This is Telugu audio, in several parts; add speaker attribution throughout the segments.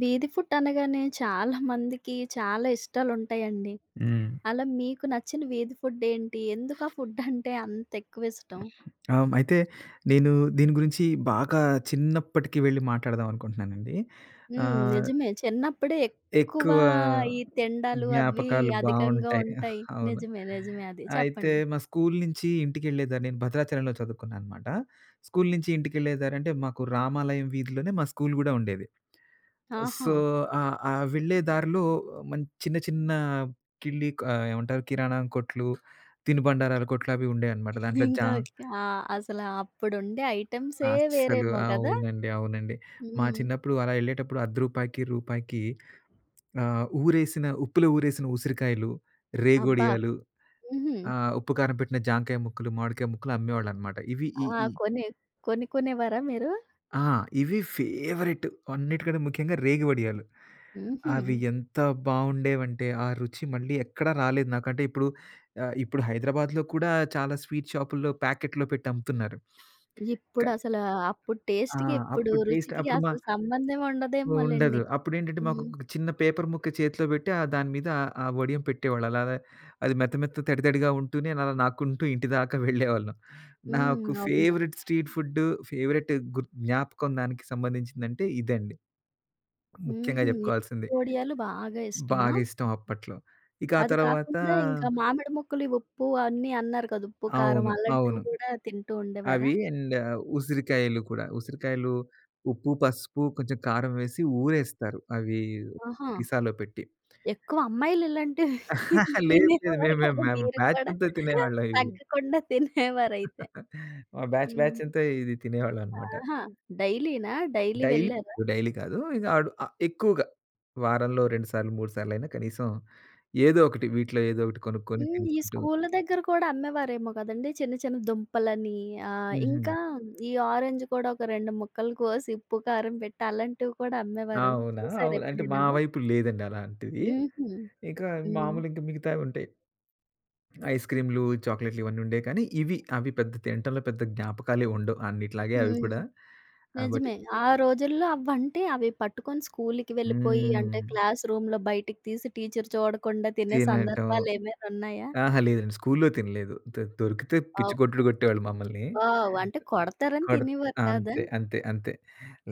Speaker 1: వీధి ఫుడ్ అనగానే చాలా మందికి చాలా ఇష్టాలుంటాయండి.
Speaker 2: హ్మ్.
Speaker 1: అలా మీకు నచ్చిన వీధి ఫుడ్ ఏంటి? ఎందుకు ఆ ఫుడ్ అంటే అంత ఎక్కువ ఇష్టం?
Speaker 2: అయితే నేను దీని గురించి బాగా చిన్నప్పటికి వెళ్ళి మాట్లాడదాం అనుకుంటున్నానండి.
Speaker 1: హ్మ్.
Speaker 2: ఆహ్,
Speaker 1: నిజమే. చిన్నప్పుడే ఎక్కువ
Speaker 2: ఎక్కువ
Speaker 1: ఈ తిండాలు అవి
Speaker 2: జ్ఞాపకాలు
Speaker 1: అధికంగా
Speaker 2: బావుంటాయి.
Speaker 1: ఉంటాయి.
Speaker 2: అవును.
Speaker 1: నిజమే. నిజమే అది.
Speaker 2: అయితే
Speaker 1: చెప్పండి.
Speaker 2: మా స్కూల్ నుంచి ఇంటికెళ్ళేదారి నేను భద్రాచలంలో చదువుకున్నాననమాట. స్కూల్ నుంచి ఇంటికెళ్ళేదారంటే మాకు రామాలయం వీధిలోనే మా స్కూల్ గూడా ఉండేది.
Speaker 1: ఆహా!
Speaker 2: సో, ఆ వెళ్ళే దారిలో చిన్న చిన్న కిళ్ళి ఏమంటారు కిరాణం కొట్లు, తినుబండారాల కొట్లు అవి ఉండేయనమాట. దాంట్లో
Speaker 1: ఇంకా ఆ! అసల అప్పుడుండే ఐటెమ్సే
Speaker 2: అస్సలు.
Speaker 1: వేరేమో గదా!
Speaker 2: అవునండి. అవునండి. మా
Speaker 1: హ్మ్.
Speaker 2: చిన్నప్పుడు అలా ఎళ్ళేటప్పుడు రూ. 10కి ఊరేసిన ఉప్పులో ఊరేసిన ఉసిరికాయలు,
Speaker 1: అబ్బా!
Speaker 2: రేగోడియాలు,
Speaker 1: హుహు.
Speaker 2: ఉప్పు కారం పెట్టిన జాంకాయ ముక్కలు, మామిడికాయ ముక్కలు అమ్మేవాళ్ళనమాట. ఇవి ఈ
Speaker 1: ఆ!
Speaker 2: ఈ
Speaker 1: కొని కొనుక్కునేవారా మీరు?
Speaker 2: ఆ! ఇవి ఫేవరెట్. అన్నిటికంటే ముఖ్యంగా రేగివడియాలు.
Speaker 1: హుహు.
Speaker 2: అవి ఎంత బావుండేవంటే ఆ రుచి మళ్ళీ ఎక్కడా రాలేదు నాకు. అంటే ఇప్పుడు ఇప్పుడు హైదరాబాద్‌లో కూడా చాలా స్వీట్ షాపుల్లో ప్యాకెట్‌లో పెట్టి అమ్ముతున్నారు. క
Speaker 1: ఇప్పుడసలా అప్పుడు
Speaker 2: ఆ!
Speaker 1: టేస్ట్‌కి, ఇప్పుడు
Speaker 2: అప్పుడు టేస్ట్
Speaker 1: రుచికి
Speaker 2: అప్పుడు
Speaker 1: అసలు సంబంధం
Speaker 2: ఉండదు.
Speaker 1: ఉండదేమోలెండి.
Speaker 2: అప్పుడేంటంటే
Speaker 1: హ్మ్.
Speaker 2: మాకొక చిన్న పేపర్ ముక్క చేతిలో పెట్టి దాని మీద ఆ వడియం పెట్టేవాళ్ళు. అలా అది మెత్త మెత్త తడి తడిగా ఉంటూనే అలా నాక్కుంటూ ఇంటి దాకా వెళ్ళేవాళ్ళం. నాకు
Speaker 1: హ్మ్. అవును.
Speaker 2: ఫేవరెట్ స్ట్రీట్ ఫుడ్డు, ఫేవరెట్ జ్ఞాపకం దానికి సంబంధించిందంటే ఇదండి. ముఖ్యంగా
Speaker 1: హుహు. ఈ
Speaker 2: చెప్పుకోవాల్సింది.
Speaker 1: వడియాలు బాగా ఇష్టమా?
Speaker 2: బాగా ఇష్టం అప్పట్లో. ఇక ఆ
Speaker 1: అది
Speaker 2: తర్వాత
Speaker 1: కాకుండా ఇంకా మామిడి ముక్కలు, ఈ ఉప్పు అన్నీ అన్నారు కదా! ఉప్పు, కారం
Speaker 2: అవును.
Speaker 1: అలాంటివి
Speaker 2: అవును.
Speaker 1: గూడా తింటూ ఉండేవారా?
Speaker 2: అవి అండ్ ఉసిరికాయలు కూడా. ఉసిరికాయలు ఉప్పు, పసుపు, కొంచెం కారం వేసి ఊరేస్తారు. అవి
Speaker 1: ఆహా!
Speaker 2: సీసాలో పెట్టి.
Speaker 1: ఎక్కువ అమ్మాయిలు ఇలాంటివి
Speaker 2: ఆహా! లేదు. లేదు.
Speaker 1: తినేవారు
Speaker 2: మేము మేము
Speaker 1: కదా!
Speaker 2: మేము
Speaker 1: మీరు
Speaker 2: బ్యాచ్
Speaker 1: కూడా
Speaker 2: అంతా తినేవాళ్ళం ఇవి.
Speaker 1: తగ్గకుండా తినేవారైతే.
Speaker 2: మా బ్యాచ్ బ్యాచ్
Speaker 1: హ్మ్.
Speaker 2: అంతా ఇది తినేవాళ్ళమనమాట.
Speaker 1: ఆహా! డైలీనా? డైలీ
Speaker 2: డైలీ
Speaker 1: వెళ్ళారా?
Speaker 2: డైలీ కాదు. ఇక ఆడు ఎక్కువగా వారంలో 2 సార్లు, 3 సార్లయినా కనీసం ఏదో ఒకటి వీటిలో ఏదో ఒకటి కొనుక్కొని
Speaker 1: హ్మ్. ఈ
Speaker 2: తినుకుంటూ
Speaker 1: స్కూళ్ళ దగ్గర కూడా అమ్మేవారేమో కదండీ! చిన్న చిన్న దుంపలని
Speaker 2: హుహు.
Speaker 1: ఇంకా ఈ ఆరెంజ్ కూడా ఒక 2 ముక్కలు కోసి ఉప్పు, కారం పెట్టి అలాంటివి కూడా అమ్మేవారు.
Speaker 2: అవునా!
Speaker 1: చూసారా
Speaker 2: అవును. అంటే
Speaker 1: ఎప్పుడైనా
Speaker 2: మా
Speaker 1: అవి?
Speaker 2: వైపు లేదండి అలాంటిది.
Speaker 1: హుహు.
Speaker 2: ఇక
Speaker 1: హ్మ్.
Speaker 2: మామూలు ఇంక మిగతావి ఉంటాయి. ఐస్ క్రీమ్‌లు, చాక్లెట్‌లు ఇవన్నీ ఉండేవి. కానీ ఇవి అవి పెద్ద తినటంలో పెద్ద జ్ఞాపకాలే ఉండవు. అన్నిట్లాగే అవి
Speaker 1: హ్మ్.
Speaker 2: కూడా. కాబట్టి
Speaker 1: నిజమే. ఆ రోజుల్లో అవ్వంటే అవి పట్టుకొని స్కూలుకి వెళ్ళిపోయి
Speaker 2: హ్మ్.
Speaker 1: అంటే క్లాస్ రూమ్‌లో బయటికి తీసి టీచర్ చూడకుండా తినే
Speaker 2: తినటం.
Speaker 1: సందర్భాలేమైనా ఉన్నాయా?
Speaker 2: అహా! లేదండి. స్కూల్లో తినలేదు. దొరికితే పిచ్చి
Speaker 1: అబ్బా!
Speaker 2: కొట్టుడు కొట్టేవాళ్ళు మమ్మల్ని.
Speaker 1: అంటే కొడతారని
Speaker 2: కొడ
Speaker 1: తినేవారు కాదా?
Speaker 2: అంతే. అంతే. అంతే.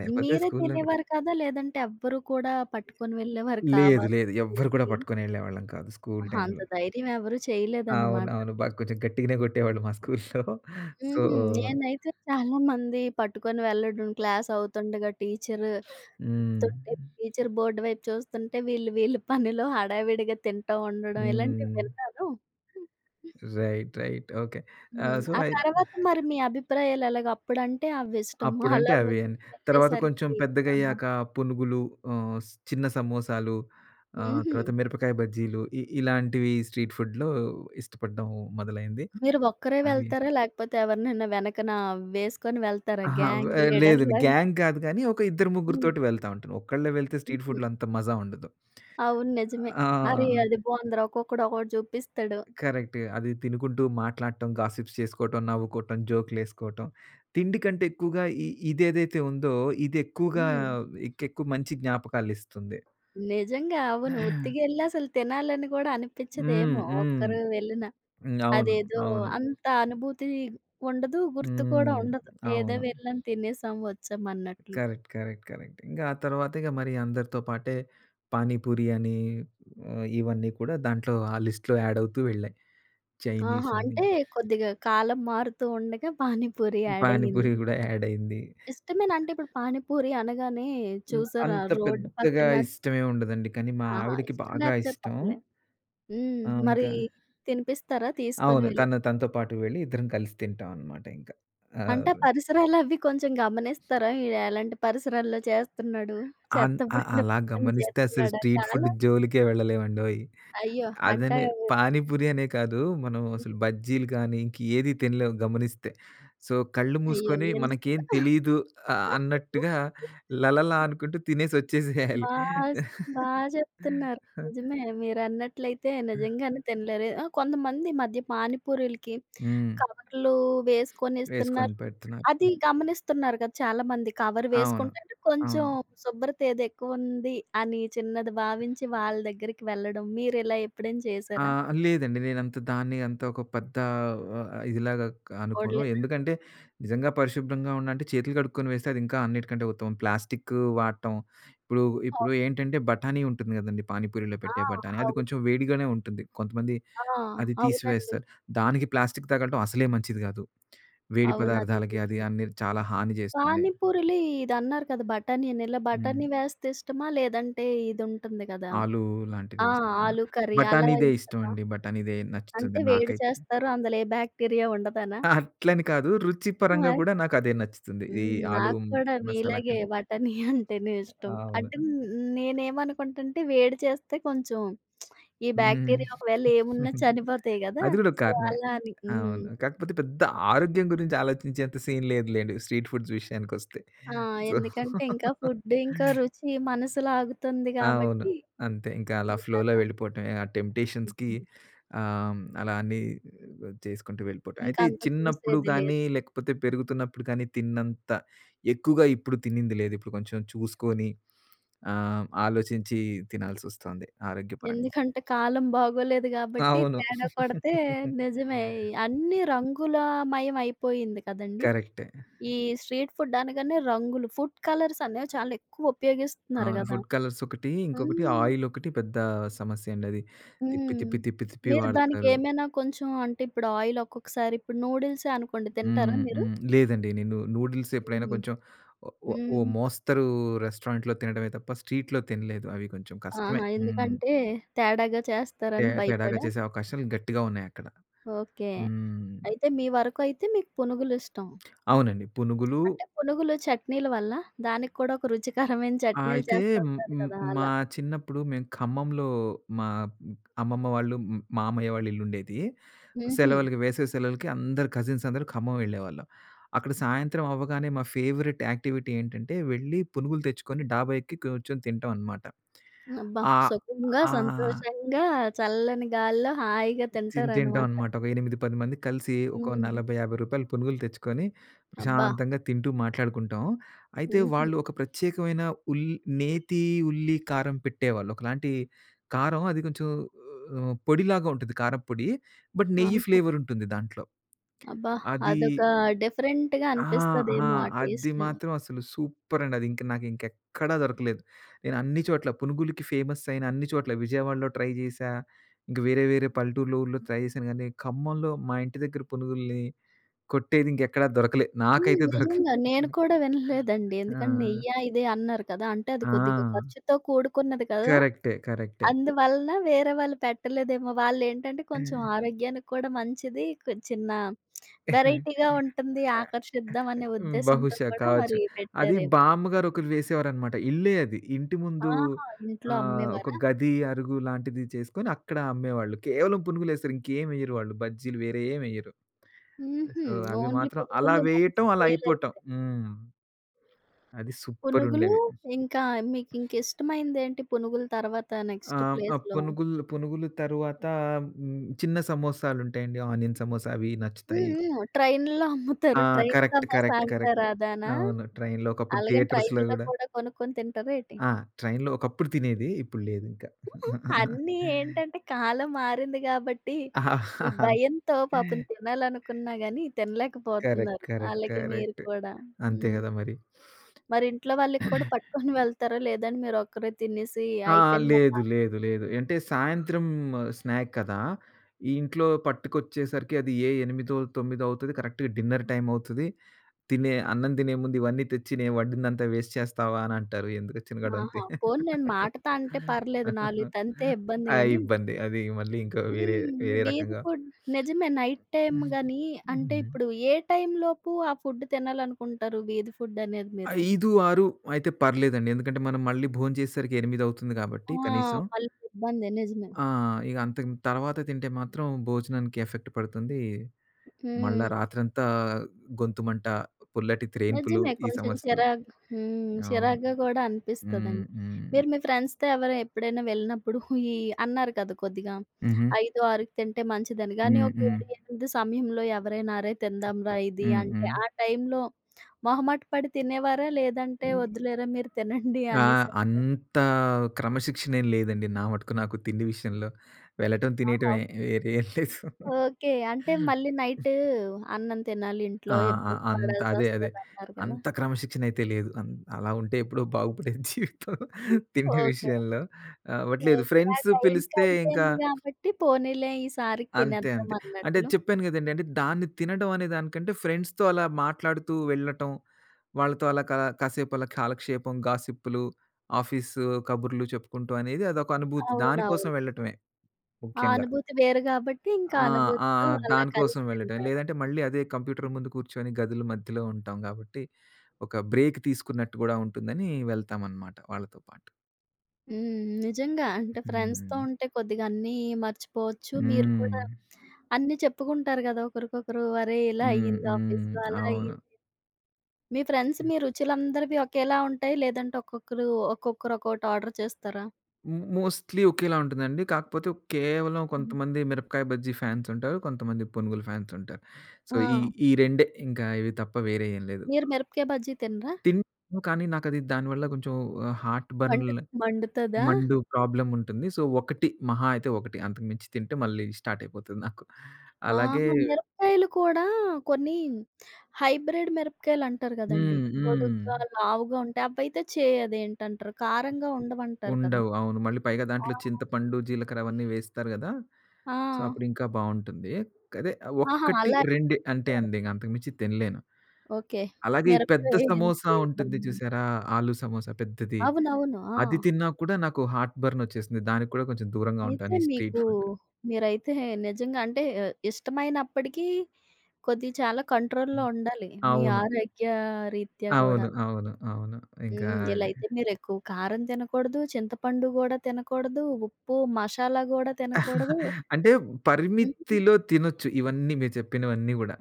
Speaker 2: లేపోతే
Speaker 1: మీరే
Speaker 2: స్కూల్లో
Speaker 1: తినేవారు కాదా? లేదంటే ఎవ్వరు కూడా పట్టుకొని వెళ్ళేవారు
Speaker 2: లేదు.
Speaker 1: కావా
Speaker 2: లేదు. ఎవ్వరు కూడా
Speaker 1: స్కూలుకి?
Speaker 2: పట్టుకొనెళ్ళేవాళ్ళం కాదు స్కూల్
Speaker 1: అహా! అంత
Speaker 2: టైమ్‌లో.
Speaker 1: ధైర్యం ఎవరు
Speaker 2: అవును.
Speaker 1: చేయలేదన్నమాట.
Speaker 2: అవును. బాగా కొంచెం గట్టిగానే కొట్టేవాళ్ళు మా స్కూల్లో. సో
Speaker 1: హుహు. నేనైతే చాలా మంది పట్టుకొని వెళ్ళడం, క్లాస్ అవుతుండగా టీచర్
Speaker 2: హ్మ్.
Speaker 1: చెప్తుంటే, టీచర్ బోర్డ్ వైపు చూస్తుంటే వీళ్ళ పనిలో హడావిడిగా తింటూ ఉండడం ఇలాంటివి
Speaker 2: హ్మ్.
Speaker 1: విన్నాను.
Speaker 2: Right. Right. Okay. Ah,
Speaker 1: hmm.
Speaker 2: So,
Speaker 1: ఆ
Speaker 2: అయి
Speaker 1: తర్వాత మరి మీ అభిప్రాయాలు ఎలాగ? అప్పుడంటే అవి ఇష్టము.
Speaker 2: అప్పుడంటే
Speaker 1: అలా
Speaker 2: అవి
Speaker 1: ఊరికి
Speaker 2: అని. తర్వాత కొంచెం
Speaker 1: వెళ్ళేసరికి ఆ!
Speaker 2: పెద్దగయ్యాక పునుగులు, ఆహ్, స్ చిన్న సమోసాలు,
Speaker 1: హుహు.
Speaker 2: తర్వాత మిరపకాయ బజ్జీలు ఇ ఇలాంటివి స్ట్రీట్ ఫుడ్‌లో ఇష్టపడడం మొదలైంది.
Speaker 1: మీరు ఒక్కరే
Speaker 2: అవి
Speaker 1: వెళ్తారా? లేకపోతే ఎవరినైనా వెనకన వేసుకొని వెళ్తారా?
Speaker 2: అహా!
Speaker 1: గ్యాంగ్ లీడర్
Speaker 2: లేదండి.
Speaker 1: లాగా?
Speaker 2: గ్యాంగ్ కాదు కానీ ఒక ఇద్దరు
Speaker 1: హ్మ్.
Speaker 2: ముగ్గురితోటి వెళ్తా ఉంటాను. ఒక్కళ్ళే వెళ్తే స్ట్రీట్
Speaker 1: హ్మ్.
Speaker 2: ఫుడ్‌లో అంత మజా ఉండదు.
Speaker 1: అవును. నిజమే. అరే!
Speaker 2: ఆ!
Speaker 1: అది బావుందిరా ఒక్కొక్కడు ఒక్కోటి జూపిస్తాడు.
Speaker 2: కరెక్ట్. అది తినుకుంటూ మాట్లాడటం, గాసిప్స్ చేసుకోవటం, నవ్వుకోవటం, జోకులేసుకోవటం. తిండి కంటే ఎక్కువగా ఇ ఇదేదైతే ఉందో ఇది ఎక్కువగా
Speaker 1: హ్మ్.
Speaker 2: ఇంకెక్కువ మంచి జ్ఞాపకాలిస్తుంది.
Speaker 1: నిజంగా అవును. ఉత్తిగెళ్లి అసలు తినాలని గూడా
Speaker 2: హ్మ్.
Speaker 1: అనిపిచ్చదేమో
Speaker 2: హ్మ్.
Speaker 1: ఒక్కరు వెళ్ళినా.
Speaker 2: హ్మ్. అవును.
Speaker 1: అదేదో
Speaker 2: అవును.
Speaker 1: అంత అనుభూతి ఉండదు. గుర్తు కూడా
Speaker 2: హ్మ్.
Speaker 1: ఉండదు. ఏదో
Speaker 2: అవును.
Speaker 1: వెళ్ళాం, తినేసాం, వచ్చాం అన్నట్లు.
Speaker 2: కరెక్ట్. కరెక్ట్. కరెక్ట్. ఇంక ఆ తర్వాత ఇగ మరి అందరితో పాటే పానీపూరి అని ఇవన్నీ కూడా దాంట్లో ఆ లిస్ట్‌లో యాడ్ అవుతూ వెళ్ళాయి.
Speaker 1: ఆహా!
Speaker 2: చైనీస్ అని,
Speaker 1: అంటే కొద్దిగా కాలం మారుతూ ఉండగా పానీపూరి యాడయ్యింది.
Speaker 2: పానీపూరి గూడా యాడ్ అయింది.
Speaker 1: ఇష్టమేనా? అంటే ఇప్పుడు పానీపూరి అనగానే
Speaker 2: హ్మ్.
Speaker 1: చూసారా
Speaker 2: అంత
Speaker 1: రోడ్డు
Speaker 2: పెద్దగా
Speaker 1: పక్కన
Speaker 2: ఇష్టమే ఉండదండి. కానీ మా
Speaker 1: ఆహా!
Speaker 2: ఆవిడకి
Speaker 1: ఇష్టం
Speaker 2: బాగా
Speaker 1: లేకపోతే
Speaker 2: ఇష్టం.
Speaker 1: పర్లేదు. హ్మ్.
Speaker 2: ఆ!
Speaker 1: మరి
Speaker 2: ఇంకా
Speaker 1: తినిపిస్తారా తీసుకొని
Speaker 2: అవును.
Speaker 1: వెళ్ళి?
Speaker 2: తను తనతో పాటు వెళ్ళి ఇద్దరం కలిసి తింటాం అన్నమాట ఇంకా.
Speaker 1: అంటే
Speaker 2: ఆహ్,
Speaker 1: ఆ పరిసరాలవి కొంచెం గమనిస్తారా? ఈడు ఎలాంటి పరిసరాల్లో చేస్తున్నాడు?
Speaker 2: అన్
Speaker 1: చెత్త
Speaker 2: అ
Speaker 1: బండి
Speaker 2: అలా
Speaker 1: పని
Speaker 2: గమనిస్తే అసలు
Speaker 1: చేస్తున్నాడా?
Speaker 2: స్ట్రీట్ ఫుడ్
Speaker 1: కాలా
Speaker 2: జోలికే వెళ్ళలేమండోయ్!
Speaker 1: అయ్యో! అంటే
Speaker 2: అదనే
Speaker 1: అవి
Speaker 2: పానీపూరి అనే కాదు. మనం
Speaker 1: హ్మ్.
Speaker 2: అసలు బజ్జీలు గానీ, ఇంకేది తినలేం గమనిస్తే. సో, కళ్ళు
Speaker 1: అయ్యో!
Speaker 2: మూసుకొని
Speaker 1: ఎందుకు?
Speaker 2: మనకేం తెలీదు
Speaker 1: కా-
Speaker 2: అన్నట్టుగా లలలా అనుకుంటూ తినేసొచ్చేసేయాలి.
Speaker 1: బా స్ బా చెప్తున్నారు. నిజమే మీరన్నట్లయితే నిజంగానే తినలేరు. ఆ! కొంతమంది ఈ మధ్య పానీపూరీలకి
Speaker 2: హ్మ్.
Speaker 1: కవర్లు వేసుకొని ఇస్తున్నారు.
Speaker 2: వేసుకొని పెడుతున్నారు.
Speaker 1: అది గమనిస్తున్నారు కదా! చాలామంది కవర్
Speaker 2: అవును.
Speaker 1: వేసుకుంటే అంటే కొంచెం
Speaker 2: అవును.
Speaker 1: శుభ్రత ఏదో ఎక్కువుంది అని చిన్నది భావించి వాళ్ళ దగ్గరికి వెళ్ళడం. మీరిలా ఎప్పుడైనా
Speaker 2: ఆ!
Speaker 1: చేశారా?
Speaker 2: లేదండి. నేనంత దాన్ని అంత ఒక పెద్ద ఇదిలాగా అనుకోను.
Speaker 1: చూడలేదా?
Speaker 2: ఎందుకంటే నిజంగా పరిశుభ్రంగా ఉండాలంటే చేతులు కడుక్కొని వేస్తే అది ఇంకా అన్నిటికంటే ఉత్తమం. ప్లాస్టిక్ వాడటం ఇప్పుడు ఇప్పుడు
Speaker 1: అవ్
Speaker 2: ఏంటంటే బఠానీ ఉంటుంది కదండీ! పానీపూరిలో
Speaker 1: ఆ!
Speaker 2: పెట్టే బఠానీ. అది
Speaker 1: అవును.
Speaker 2: కొంచెం వేడిగానే ఉంటుంది. కొంతమంది
Speaker 1: ఆ!
Speaker 2: అది
Speaker 1: అవునండి.
Speaker 2: తీసివేస్తారు. దానికి ప్లాస్టిక్ తగలటం అసలే మంచిది కాదు. వేడి
Speaker 1: అవును. అది
Speaker 2: పదార్థాలకి అది
Speaker 1: నిజమే.
Speaker 2: అన్ని చాలా హాని చేస్తుంది.
Speaker 1: పానీపూరిలో ఇదన్నారు కదా! బటానీ ఇలా
Speaker 2: హ్మ్.
Speaker 1: బటానీ వేస్తే ఇష్టమా? లేదంటే ఇదుంటుంది కదా!
Speaker 2: ఆలు లాంటివి
Speaker 1: ఆ!
Speaker 2: వేస్తున్నా.
Speaker 1: ఆలు కర్రీ అలా
Speaker 2: బఠానీదే ఇష్టం
Speaker 1: ఇష్టమా?
Speaker 2: అండి. బఠానీదే
Speaker 1: అంటే
Speaker 2: నచ్చుతుంది
Speaker 1: వేడి
Speaker 2: నాకైతే.
Speaker 1: చేస్తారు. అందులో ఏ బ్యాక్టీరియా ఉండదనా?
Speaker 2: ఆ! అట్లని కాదు. రుచి పరంగా
Speaker 1: మరి
Speaker 2: గూడా నాకదే నచ్చుతుంది.
Speaker 1: హ్మ్.
Speaker 2: ఆలు
Speaker 1: నాకు కూడా
Speaker 2: మసాలా
Speaker 1: మీలాగే
Speaker 2: కంటే.
Speaker 1: బటానీ అంటేనే ఇష్టం.
Speaker 2: అవును.
Speaker 1: అంటే నేనేమనుకుంటంటే వేడి చేస్తే కొంచెం ఈ
Speaker 2: హ్మ్.
Speaker 1: బ్యాక్టీరియా ఒకవేళ ఏమున్నా చనిపోతాయి గదా!
Speaker 2: అది గూడా ఒక
Speaker 1: సో,
Speaker 2: కారణమే.
Speaker 1: అలా అని. హ్మ్.
Speaker 2: అవును. కాకపోతే పెద్ద ఆరోగ్యం గురించి ఆలోచించేంత సీన్ లేదులెండి స్ట్రీట్ ఫుడ్స్ విషయానికొస్తే.
Speaker 1: ఆ!
Speaker 2: సో
Speaker 1: ఎందుకంటే ఇంకా ఫుడ్ ఇంకా రుచి మనసు లాగుతుంది
Speaker 2: అవును.
Speaker 1: కాబట్టి
Speaker 2: అంతే. ఇంకా అలా ఫ్లోలో
Speaker 1: ఇంకలా.
Speaker 2: వెళ్ళిపోవటమే. ఆ టెంప్టేషన్స్‌కి
Speaker 1: హ్మ్.
Speaker 2: అలా అన్నీ చేసుకుంటూ వెళ్ళిపోవటం.
Speaker 1: ఇంకా
Speaker 2: అయితే
Speaker 1: అంత
Speaker 2: చిన్నప్పుడు
Speaker 1: చూసేది
Speaker 2: కానీ,
Speaker 1: లేదు.
Speaker 2: లేకపోతే పెరుగుతున్నప్పుడు కానీ తిన్నంత ఎక్కువగా ఇప్పుడు తినింది లేదు. ఇప్పుడు కొంచెం చూసుకొని ఆలోచించి తినాల్సొస్తోంది ఆరోగ్యపరంగా.
Speaker 1: ఎందుకంటే కాలం బాగోలేదు గాబట్టి
Speaker 2: అవును.
Speaker 1: తేడా కొడితే నిజమే. అన్నీ రంగులమయం అయిపోయింది కదండీ!
Speaker 2: కరెక్టే.
Speaker 1: ఈ స్ట్రీట్ ఫుడ్ అనగానే రంగులు, ఫుడ్ కలర్స్ అనేవి చాలా ఎక్కువ ఉపయోగిస్తున్నారు
Speaker 2: అవును.
Speaker 1: గదా!
Speaker 2: ఫుడ్ కలర్స్ ఒకటి, ఇంకొకటి
Speaker 1: హ్మ్.
Speaker 2: ఆయిల్ ఒకటి పెద్ద సమస్య అండి. అది తిప్పి,
Speaker 1: హ్మ్.
Speaker 2: తిప్పి, తిప్పి, తిప్పి
Speaker 1: మీరు
Speaker 2: వాడతారు.
Speaker 1: దానికేమైనా కొంచెం అంటే ఇప్పుడు ఆయిల్ ఒక్కొక్కసారి ఇప్పుడు నూడిల్సే అనుకోండి తింటారా
Speaker 2: హ్మ్.
Speaker 1: మీరు?
Speaker 2: హ్మ్. లేదండి. నేను నూడిల్స్ ఎప్పుడైనా
Speaker 1: హుహు.
Speaker 2: కొంచెం ఓ ఓ ఓ
Speaker 1: హ్మ్.
Speaker 2: మోస్తరు రెస్టారెంట్‌లో తినడమే తప్ప స్ట్రీట్‌లో తినలేదు. అవి కొంచెం కష్టమే.
Speaker 1: ఆహా!
Speaker 2: హ్మ్.
Speaker 1: ఎందుకంటే తేడాగా చేస్తారని
Speaker 2: తేడాగా
Speaker 1: భయపడా?
Speaker 2: చేసే అవకాశాలు గట్టిగా ఉన్నాయక్కడ.
Speaker 1: ఓకే.
Speaker 2: హ్మ్.
Speaker 1: అయితే మీ వరకు అయితే మీకు పునుగులిష్టం.
Speaker 2: అవునండి. పునుగులు
Speaker 1: అంటే పునుగులు చట్నీల వల్ల? దానికి కూడా ఒక రుచికరమైన
Speaker 2: ఆ!
Speaker 1: చట్నీలు
Speaker 2: అయితే హ్మ్,
Speaker 1: చేస్తుంటారు
Speaker 2: హ్మ్,
Speaker 1: కదా!
Speaker 2: మా
Speaker 1: అలా.
Speaker 2: చిన్నప్పుడు మేము ఖమ్మంలో మా అమ్మమ్మ వాళ్ళు, మామయ్య వాళ్ళ ఇల్లుండేది.
Speaker 1: హుహు.
Speaker 2: సెలవులకి వేసవి సెలవులకి అందరు కజిన్స్ అందరూ ఖమ్మం వెళ్ళేవాళ్ళం. అక్కడ సాయంత్రం అవ్వగానే మా ఫేవరెట్ యాక్టివిటీ ఏంటంటే వెళ్ళి పునుగులు తెచ్చుకొని డాబా ఎక్కి కూర్చొని తింటాం అనమాట.
Speaker 1: అబ్బా!
Speaker 2: ఆహ్,
Speaker 1: సుఖంగా,
Speaker 2: ఆ!
Speaker 1: సంతోషంగా, చల్లని గాలిలో హాయిగా
Speaker 2: తిన్ తింటాం
Speaker 1: తింటారనమాట.
Speaker 2: అనమాట. ఒక 8, 10 మంది కలిసి ఒక రూ.
Speaker 1: హ్మ్.
Speaker 2: 40, 50 పునుగులు తెచ్చుకొని
Speaker 1: అబ్బా!
Speaker 2: ప్రశాంతంగా తింటూ మాట్లాడుకుంటాం. అయితే
Speaker 1: హుహు.
Speaker 2: వాళ్ళు ఒక ప్రత్యేకమైన ఉల్ నేతి ఉల్లి కారం పెట్టేవాళ్ళు. ఒకలాంటి కారం అది కొంచెం పొడిలాగా ఉంటుంది కారప్పొడి. బట్ నెయ్యి
Speaker 1: ఆహా!
Speaker 2: ఫ్లేవర్ ఉంటుంది దాంట్లో.
Speaker 1: అబ్బా!
Speaker 2: అది
Speaker 1: అదొక డిఫరెంట్‌గా
Speaker 2: ఆ! ఆ!
Speaker 1: అనిపిస్తదేమో ఆ
Speaker 2: అది
Speaker 1: టేస్ట్.
Speaker 2: మాత్రం అసలు సూపరండి. అది ఇంక నాకు ఇంకెక్కడా దొరకలేదు. నేను అన్ని చోట్ల పునుగులకి ఫేమస్ అయిన అన్ని చోట్ల విజయవాడలో ట్రై చేశా. ఇంక వేరే వేరే పల్లెటూర్లో, ఊర్లో ట్రై చేశాను గానీ, ఖమ్మంలో మా ఇంటి దగ్గర పునుగుల్ని కొట్టేది ఇంకెక్కడా దొరకలే.
Speaker 1: హ్మ్.
Speaker 2: నాకైతే
Speaker 1: నిజంగా. నేను కూడా వినలేదండి.
Speaker 2: ఆ!
Speaker 1: ఎందుకంటే నెయ్యా, ఇదే అన్నారు కదా! అంటే అది కొద్దిగా
Speaker 2: ఆ!
Speaker 1: ఖర్చుతో కూడుకున్నది కదా!
Speaker 2: కరెక్టే. కరెక్టే.
Speaker 1: అందువలన వేరే వాళ్ళు పెట్టలేదేమో. వాళ్ళేంటంటే కొంచెం ఆరోగ్యానికి కూడా మంచిది. కొ చిన్న వెరైటీగా ఉంటుంది.
Speaker 2: ఆ!
Speaker 1: ఆకర్షిద్దాం అనే
Speaker 2: హ్మ్.
Speaker 1: ఉద్దేశంతో
Speaker 2: బహుశా
Speaker 1: కూడా
Speaker 2: కావచ్చు.
Speaker 1: మరి
Speaker 2: అది
Speaker 1: పెట్టారేమో.
Speaker 2: బామ్మగారు ఒకళ్ళు వేసేవారనమాట. ఇల్లే అది. ఇంటి ముందు
Speaker 1: ఆహా! ఇంట్లో
Speaker 2: ఒక
Speaker 1: అమ్మేవారా?
Speaker 2: గది, అరుగు లాంటిది చేసుకొని అక్కడ అమ్మేవాళ్ళు. కేవలం పునుగులేస్తారు. ఇంకేమెయ్యరు వాళ్ళు. బజ్జీలు వేరే ఏమెయ్యరు.
Speaker 1: హుహు.
Speaker 2: సో, అవి
Speaker 1: ఓన్లీ
Speaker 2: మాత్రం అలా
Speaker 1: పునుగులు మంచి
Speaker 2: వేయటం, అలా
Speaker 1: సేలయి
Speaker 2: అయిపోవటం. హ్మ్. అది
Speaker 1: పునుగులు
Speaker 2: సూపరుండేవి.
Speaker 1: ఇంకా మీకింకిష్టమైందేంటి పునుగుల తర్వాత నెక్స్ట్
Speaker 2: ఆహ్, ఆ
Speaker 1: ప్లేస్‌లో?
Speaker 2: పునుగులు పునుగులు తరువాత హ్మ్, చిన్న సమోసాలుంటాయండి. ఆనియన్ సమోసా అవి నచ్చుతాయి.
Speaker 1: హ్మ్. హ్మ్. ట్రైన్‌లో
Speaker 2: ఆ!
Speaker 1: అమ్ముతారు. Train
Speaker 2: correct.
Speaker 1: Samosa
Speaker 2: correct. Correct.
Speaker 1: అంటారా అదానా?
Speaker 2: అవును. ట్రైన్‌లో ఒకప్పుడు
Speaker 1: అలాగని
Speaker 2: థియేటర్స్‌లో
Speaker 1: ట్రైన్‌లో
Speaker 2: గూడా
Speaker 1: కూడా కొనుక్కొని తింటారేటి?
Speaker 2: ఆ! ట్రైన్‌లో ఒకప్పుడు తినేది. ఇప్పుడు లేదింకా.
Speaker 1: అన్నీ ఏంటంటే కాలం మారింది గాబట్టి, ఈ భయంతో పాపం తినాలనుకున్నా గానీ
Speaker 2: కరెక్ట్.
Speaker 1: తినలేకపోతున్నారు.
Speaker 2: కరెక్ట్.
Speaker 1: అలాగే మీరు
Speaker 2: కరెక్ట్.
Speaker 1: కూడా.
Speaker 2: అంతే
Speaker 1: హ్మ్.
Speaker 2: గదా! మరి.
Speaker 1: మరి ఇంట్లో వాళ్ళకి కూడా పట్టుకొని వెళ్తారా? లేదంటే మీరొక్కరే తినేసి
Speaker 2: ఆ! లేదు.
Speaker 1: అయిపోయిందమ్మా
Speaker 2: లేదు. లేదు. అంటే సాయంత్రం స్నాక్ కదా! ఇంట్లో పట్టుకొచ్చేసరికి అది ఏ 8:00, 9:00 అవుతది. కరెక్ట్‌గా డిన్నర్ టైమ్ అవుతది. తినే అన్నం తినే ముందు ఇవన్నీ తెచ్చి నేను వండిందంతా వేస్ట్ చేస్తావా అని అంటారు. ఎందుకొచ్చిన గొడవంతే.
Speaker 1: ఆహా! పోన్లేండి మాటతో అంటే పర్లేదు. 4 తంతే ఇబ్బంది
Speaker 2: ఆ
Speaker 1: గానీ
Speaker 2: ఇబ్బంది. అది మళ్ళీ ఇంకా
Speaker 1: హ్మ్.
Speaker 2: వేరే,
Speaker 1: ఈ
Speaker 2: వేరే
Speaker 1: వీధి
Speaker 2: రకంగా
Speaker 1: ఫుడ్ నిజమే నైట్ టైమ్ గానీ అంటే
Speaker 2: హ్మ్.
Speaker 1: ఇప్పుడు ఏ టైంలోపు ఆ ఫుడ్ తినాలనుకుంటారు వీధి ఫుడ్ అనేది మీరు?
Speaker 2: 5, 6 అయితే పర్లేదండి. ఎందుకంటే మనం మళ్ళీ భోంచేసేసరికి 8 అవుతుంది కాబట్టి
Speaker 1: ఆ!
Speaker 2: కనీసం.
Speaker 1: మళ్ళీ ఇబ్బందే నిజమే.
Speaker 2: ఆ! ఇక అంతకు తర్వాత తింటే మాత్రం భోజనానికి ఎఫెక్ట్ పడుతుంది. మళ్ళా
Speaker 1: హ్మ్.
Speaker 2: రాత్రంతా గొంతుమంట, పుల్లటి త్రేన్పులు
Speaker 1: నిజమే.
Speaker 2: ఈ
Speaker 1: కొంచెం
Speaker 2: సమస్యలు.
Speaker 1: చిరాకు హ్మ్.
Speaker 2: అవును.
Speaker 1: చిరాకుగా కూడా
Speaker 2: హ్మ్.
Speaker 1: అనిపిస్తదండి.
Speaker 2: హ్మ్.
Speaker 1: మీరు మీ ఫ్రెండ్స్‌తో ఎవర ఎప్పుడైనా వెళ్ళినప్పుడు ఈ అన్నారు కదా కొద్దిగా
Speaker 2: హుహు.
Speaker 1: 5, 6కి తింటే మంచిదని. కానీ
Speaker 2: హ్మ్.
Speaker 1: ఒక
Speaker 2: హ్మ్.
Speaker 1: 7, 8 సమయంలో ఎవరైనా "అరే! తిందాంరా ఇది"
Speaker 2: హ్మ్.
Speaker 1: అంటే
Speaker 2: హ్మ్.
Speaker 1: ఆ టైంలో మొహమాట పడి తినేవారా? లేదంటే "వద్దులేరా మీరు తినండి"
Speaker 2: ఆ!
Speaker 1: అనేసారా?
Speaker 2: అంత క్రమశిక్షణ ఏం లేదండి నా మటుకు నాకు తిండి విషయంలో. వెళ్ళటం,
Speaker 1: ఆహా!
Speaker 2: తినేయటమే వేరే ఏం లేదు.
Speaker 1: ఓకే. అంటే మళ్ళీ నైట్ అన్నం తినాలి
Speaker 2: ఆ!
Speaker 1: ఇంట్లో
Speaker 2: ఆ!
Speaker 1: ఇబ్బంది
Speaker 2: అంత అదే. అదే.
Speaker 1: పడాల్సొస్తదన్నారు కదా!
Speaker 2: అంత క్రమశిక్షణ అయితే లేదు. అలా ఉంటే ఎప్పుడో బాగుపడేది జీవితం తిండి
Speaker 1: ఓకే.
Speaker 2: విషయంలో. బట్ లేదు
Speaker 1: ఓకే. ఆ
Speaker 2: ఫ్రెండ్స్ పిలిస్తే ఇంకా
Speaker 1: టైంకయిపోయింది గాబట్టి పోనీలే ఈసారికి
Speaker 2: అంతే.
Speaker 1: తినేద్దాం
Speaker 2: అంతే. అంటే
Speaker 1: అన్నట్లు.
Speaker 2: చెప్పాను కదండీ! అంటే దాన్ని తినడం అనే దానికంటే ఫ్రెండ్స్‌తో అలా మాట్లాడుతూ వెళ్ళటం, వాళ్ళతో అలా కాసేపు అలా కాలక్షేపం, గాసిప్పులు, ఆఫీసు కబుర్లు చెప్పుకుంటూ అనేది అదొక అనుభూతి.
Speaker 1: అవునవును.
Speaker 2: దానికోసం వెళ్ళటమే
Speaker 1: ఆ
Speaker 2: ముఖ్యంగా.
Speaker 1: అనుభూతి వేరు గాబట్టి, ఇంకా
Speaker 2: ఆ! ఆ!
Speaker 1: అనుభూతితో అలా
Speaker 2: దానికోసం
Speaker 1: కలిసి
Speaker 2: వెళ్ళటం.
Speaker 1: తింటారు.
Speaker 2: లేదంటే మళ్ళీ అదే కంప్యూటర్ ముందు కూర్చొని గదుల మధ్యలో ఉంటాం కాబట్టి ఒక బ్రేక్ తీసుకున్నట్టు గూడా ఉంటుందని వెళ్తామనమాట వాళ్ళతో పాటు.
Speaker 1: హ్మ్. నిజంగా. అంటే ఫ్రెండ్స్‌తో
Speaker 2: హ్మ్.
Speaker 1: ఉంటే కొద్దిగా అన్నీ మర్చిపోవచ్చు. మీరు
Speaker 2: హ్మ్.
Speaker 1: కూడా అన్నీ చెప్పుకుంటారు గదా! ఒకరికొకరు "అరే! ఇలా
Speaker 2: హ్మ్.
Speaker 1: అయ్యింది
Speaker 2: హ్మ్.
Speaker 1: ఆఫీస్‌లో, అలా
Speaker 2: అవును.
Speaker 1: అయ్యింది." మీ ఫ్రెండ్స్
Speaker 2: హ్మ్.
Speaker 1: మీ రుచులందరివి ఒకేలా ఉంటాయి? లేదంటే ఒక్కొక్కరు ఒక్కొక్కరు ఒక్కోటి ఆర్డర్ చేస్తారా?
Speaker 2: మోస్ట్‌లీ ఒకేలా ఉంటుందండి. కాకపోతే కేవలం
Speaker 1: హ్మ్.
Speaker 2: కొంతమంది మిరపకాయ బజ్జీ ఫ్యాన్స్ ఉంటారు. కొంతమంది పునుగులు ఫ్యాన్స్ ఉంటారు. సో,
Speaker 1: ఆ!
Speaker 2: ఈ ఈ రెండే ఇంకా ఇవి తప్ప వేరే ఏం లేదు.
Speaker 1: మీరు మిరపకాయ బజ్జీ తినరా?
Speaker 2: తింటాను కానీ నాకది దానివల్ల కొంచెం హార్ట్ బర్న్
Speaker 1: మండు మండుతదా?
Speaker 2: మండు ప్రాబ్లమ్ ఉంటుంది. సో, ఒకటి మహా అయితే ఒకటి. అంతకు మించి తింటే మళ్ళీ స్టార్ట్ అయిపోతది నాకు. అలాగే
Speaker 1: ఆహా! మిరపకాయలు కూడా కొన్ని హైబ్రిడ్ మిరపకాయలంటారు గదండీ!
Speaker 2: హ్మ్. హ్మ్.
Speaker 1: పొడుగ్గా, లావుగా ఉంటాయి. అవైతే చే అదేంటంటారు కారంగా ఉండవంటారు కదా!
Speaker 2: ఉండవు. అవును. మళ్ళీ పైగా దాంట్లో చింతపండు, జీలకర్ర అవన్నీ వేస్తారు గదా! సో,
Speaker 1: ఆ!
Speaker 2: అప్పుడింకా బావుంటుంది. అదే
Speaker 1: ఆహా!
Speaker 2: ఒక్కటి,
Speaker 1: అలా
Speaker 2: రెండు అంతే అండి. ఇంక అంతకుమించి తినలేను.
Speaker 1: ఓకే.
Speaker 2: అలాగే ఈ పెద్ద
Speaker 1: మిరపకాయ ఎందుకు
Speaker 2: సమోసా ఉంటుంది
Speaker 1: ఇబ్బందని.
Speaker 2: చూసారా? ఆలు సమోసా పెద్దది.
Speaker 1: అవునవును. ఆ!
Speaker 2: అది తిన్నా కూడా నాకు హార్ట్ బర్న్ ఒచ్చేసింది. దానికి కూడా కొంచెం దూరంగా
Speaker 1: అయితే
Speaker 2: ఉంటాను ఈ స్ట్రీట్
Speaker 1: మీకు
Speaker 2: ఫుడ్.
Speaker 1: మీరైతే నిజంగా అంటే ఇష్టమైనప్పటికీ కొద్దిగా చాలా కంట్రోల్‌లో
Speaker 2: హ్మ్.
Speaker 1: ఉండాలి. మీ
Speaker 2: అవును.
Speaker 1: ఆరోగ్య రీత్యా గూడా.
Speaker 2: అవును. అవును. అవును. ఇంకా
Speaker 1: హ్మ్. ఇలా
Speaker 2: అది
Speaker 1: అయితే మీరెక్కువ కారం తినకూడదు, చింతపండు గూడా తినకూడదు, ఉప్పు, మషాలా గూడా తినకూడదు.
Speaker 2: అంటే
Speaker 1: హ్మ్.
Speaker 2: పరిమితిలో తినొచ్చు ఇవన్నీ మీరు చెప్పినవన్నీ గూడా.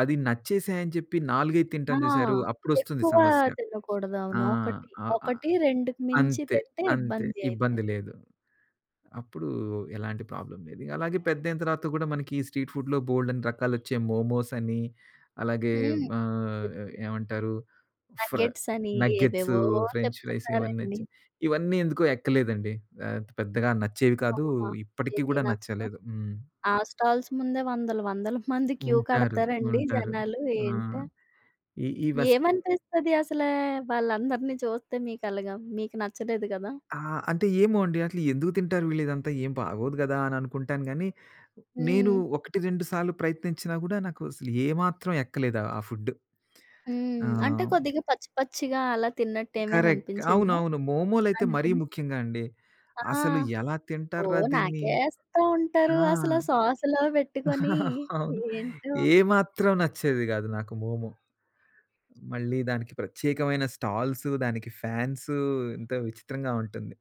Speaker 2: అది నచ్చేసాయని చెప్పి 4, 5
Speaker 1: ఆ!
Speaker 2: తింటాం జూసారు అప్పుడొస్తుంది
Speaker 1: ఎక్కువ
Speaker 2: సమస్య.
Speaker 1: తినకూడదు.
Speaker 2: ఆ!
Speaker 1: అవును. ఒకటి,
Speaker 2: ఆహ్, ఆహ్,
Speaker 1: ఒకటి రెండుకి మించి
Speaker 2: అంతే.
Speaker 1: తింటే
Speaker 2: అంతే.
Speaker 1: ఇబ్బంది అయితే.
Speaker 2: ఇబ్బంది లేదు. అప్పుడు ఎలాంటి ప్రాబ్లమ్ లేదు. అలాగే పెద్దయిన తర్వాత కూడా మనకి ఈ స్ట్రీట్ ఫుడ్‌లో బోలెడన్ని రకాలొచ్చాయి. మోమోస్ అని, అలాగే
Speaker 1: హ్మ్.
Speaker 2: ఆహ్, ఏమంటారు ఫ్ర
Speaker 1: నగ్గెట్స్ అని
Speaker 2: నగ్గెట్స్,
Speaker 1: ఏవేవో
Speaker 2: ఫ్రెంచ్ ఫ్రైస్ ఇవన్నీ
Speaker 1: చెప్తున్నారండి.
Speaker 2: వచ్చాయి. ఇవన్నీ ఎందుకో ఎక్కలేదండి. పెద్దగా నచ్చేవి కాదు.
Speaker 1: ఆహా!
Speaker 2: ఇప్పటికి
Speaker 1: ఏవి
Speaker 2: కూడా
Speaker 1: నచ్చవా?
Speaker 2: నచ్చలేదు. హ్మ్.
Speaker 1: ఆ స్టాల్స్ ముందే వందల, వందల మంది క్యూ
Speaker 2: ఉంటారు.
Speaker 1: కడతారండి
Speaker 2: ఉంటారు.
Speaker 1: జనాలు.
Speaker 2: ఆ!
Speaker 1: ఏంటా?
Speaker 2: ఈ ఈ వెస్
Speaker 1: ఏమనిపిస్తది అసలా వాళ్ళందరిని చూస్తే మీకలగా? మీకు నచ్చలేదు గదా!
Speaker 2: ఆ! అంటే ఏమో అండి. అసలు ఎందుకు తింటారు వీళ్ళిదంతా? ఏం బాగోదు గదా! అని అనుకుంటాను గానీ, నేను
Speaker 1: హ్మ్.
Speaker 2: 1, 2 సార్లు ప్రయత్నించినా గూడా నాకు అసలు ఏమాత్రం ఎక్కలేదు ఆ ఫుడ్. ఆ!
Speaker 1: హ్మ్. అంటే కొద్దిగా పచ్చి పచ్చిగా అలా తిన్నట్టు ఏమైనా
Speaker 2: కరెక్ట్.
Speaker 1: అనిపించిందా?
Speaker 2: అవునవును. మోమోలైతే మరీ
Speaker 1: అనిపించి
Speaker 2: ముఖ్యంగా అండి.
Speaker 1: ఆ!
Speaker 2: అసలు ఎలా తింటార్రా
Speaker 1: ఓహ్!
Speaker 2: దీన్ని?
Speaker 1: నాకేస్తా ఉంటారు.
Speaker 2: ఆ!
Speaker 1: అసల సాసులో పెట్టుకొని
Speaker 2: అవును.
Speaker 1: ఏంటో,
Speaker 2: ఏమాత్రం నచ్చేది గాదు నాకు మోమో. మళ్ళీ దానికి ప్రత్యేకమైన స్టాల్సు, దానికి ఫ్యాన్సు ఎంతో విచిత్రంగా ఉంటుంది.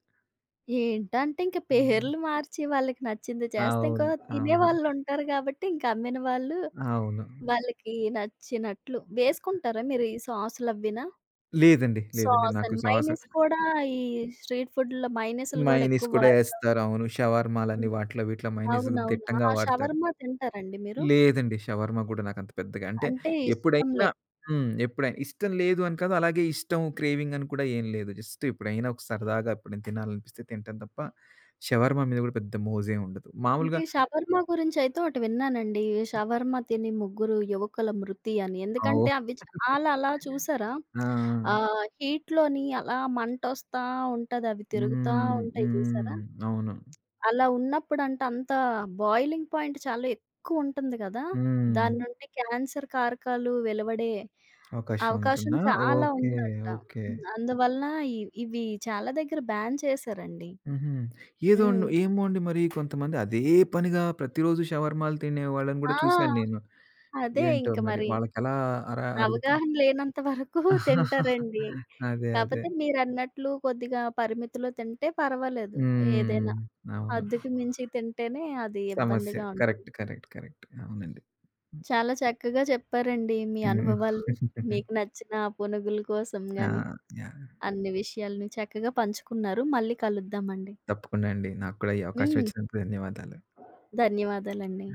Speaker 1: ఏంటంటే ఇంక
Speaker 2: హ్మ్.
Speaker 1: పేర్లు మార్చి వాళ్ళకి నచ్చింది చేస్తే ఇంకో
Speaker 2: అవును. అవును.
Speaker 1: తినేవాళ్ళుంటారు కాబట్టి ఇంక అమ్మిన వాళ్ళు
Speaker 2: అవును.
Speaker 1: వాళ్ళకి నచ్చినట్లు వేసుకుంటారా మీరు ఈ సాసులవ్వినా?
Speaker 2: లేదండి. లేదండి.
Speaker 1: సాస్
Speaker 2: నాకు
Speaker 1: అని
Speaker 2: సాస్
Speaker 1: మైనీస్ కూడా ఈ స్ట్రీట్ ఫుడ్‌లో మైనీస్‌లు గూడా
Speaker 2: మయోనీస్
Speaker 1: ఎక్కువ
Speaker 2: కూడా
Speaker 1: వాడతాం.
Speaker 2: ఏస్తారు. అవును. షవర్మాలని వాటిలో వీటిలో మయోనీస్
Speaker 1: అవునవును.
Speaker 2: దిట్టంగా
Speaker 1: ఆ!
Speaker 2: వాడతారు.
Speaker 1: షవర్మా తింటారండి మీరు?
Speaker 2: లేదండి. షవర్మా గూడా నాకంత పెద్దగా అంటే
Speaker 1: అంటే ఇష్టం
Speaker 2: ఎప్పుడైనా
Speaker 1: లేదు.
Speaker 2: హ్మ్. ఎప్పుడైనా ఇష్టం లేదు అని కాదు. అలాగే ఇష్టం క్రేవింగ్ అని కూడా ఏం లేదు. జస్ట్ ఎప్పుడైనా ఒక సరదాగా ఎప్పుడైనా తినాలనిపిస్తే తింటాను తప్ప షవర్మా మీద గూడా పెద్ద మోజేం ఉండదు. మామూలుగా
Speaker 1: అంటే షవర్మ గురించైతే ఒకటి విన్నానండి. షవర్మ తిని ముగ్గురు యువకుల మృతి అని.
Speaker 2: ఆ!
Speaker 1: ఎందుకంటే
Speaker 2: ఓహ్!
Speaker 1: అవి చాలా అలా చూసారా?
Speaker 2: ఆ!
Speaker 1: హీట్‌లోని అలా మంటొస్తా ఉంటది. అవి తిరుగుతా
Speaker 2: హ్మ్.
Speaker 1: ఉంటాయి చూసారా?
Speaker 2: హ్మ్. అవును.
Speaker 1: అలా ఉన్నప్పుడంట అంత బాయిలింగ్ పాయింట్ చాలా ఎక్కువుంటుంది కదా!
Speaker 2: హ్మ్.
Speaker 1: దాని నుండి క్యాన్సర్ కారకాలు వెలువడే
Speaker 2: అవకాశం
Speaker 1: అవకాశం
Speaker 2: ఉంటుందా?
Speaker 1: చాలా
Speaker 2: ఓకే.
Speaker 1: ఉందంట.
Speaker 2: ఓకే.
Speaker 1: హ్మ్. అందువలన ఇవి చాలా దగ్గర బ్యాన్ చేశారండి.
Speaker 2: హుహు. ఏదో అండి
Speaker 1: హ్మ్.
Speaker 2: ఏమో అండి మరి కొంతమంది అదే పనిగా ప్రతిరోజు షవర్మాలు తినే వాళ్ళని
Speaker 1: ఆ!
Speaker 2: గూడా చూసాను నేను.
Speaker 1: అదే
Speaker 2: ఏంటో
Speaker 1: ఇంక
Speaker 2: మరి
Speaker 1: మరి.
Speaker 2: వాళ్ళకెలా అరుగుతా
Speaker 1: అవగాహన లేనంత వరకు తింటారండి.
Speaker 2: అదే. అదే.
Speaker 1: కాపోతే మీరన్నట్లు కొద్దిగా పరిమితిలో తింటే పర్వాలేదు.
Speaker 2: హ్మ్.
Speaker 1: ఏదైనా
Speaker 2: అవును.
Speaker 1: హద్దుకి మించి తింటేనే అది
Speaker 2: సమస్య.
Speaker 1: ఇబ్బందిగా ఉంటుంది.
Speaker 2: కరెక్ట్. కరెక్ట్. కరెక్ట్. అవునండి.
Speaker 1: చాలా చక్కగా చెప్పారండి మీ
Speaker 2: హ్మ్.
Speaker 1: అనుభవాల్ని. మీకు నచ్చిన ఆ పునుగుల కోసం
Speaker 2: ఆ!
Speaker 1: గాని,
Speaker 2: యాహ్!
Speaker 1: అన్ని విషయాలను చక్కగా పంచుకున్నారు. మళ్ళీ కలుద్దామండి.
Speaker 2: తప్పకుండా అండి. నాకు కూడా ఈ అవకాశం
Speaker 1: హ్మ్.
Speaker 2: ఇచ్చినందుకు ధన్యవాదాలు.
Speaker 1: ధన్యవాదాలండి.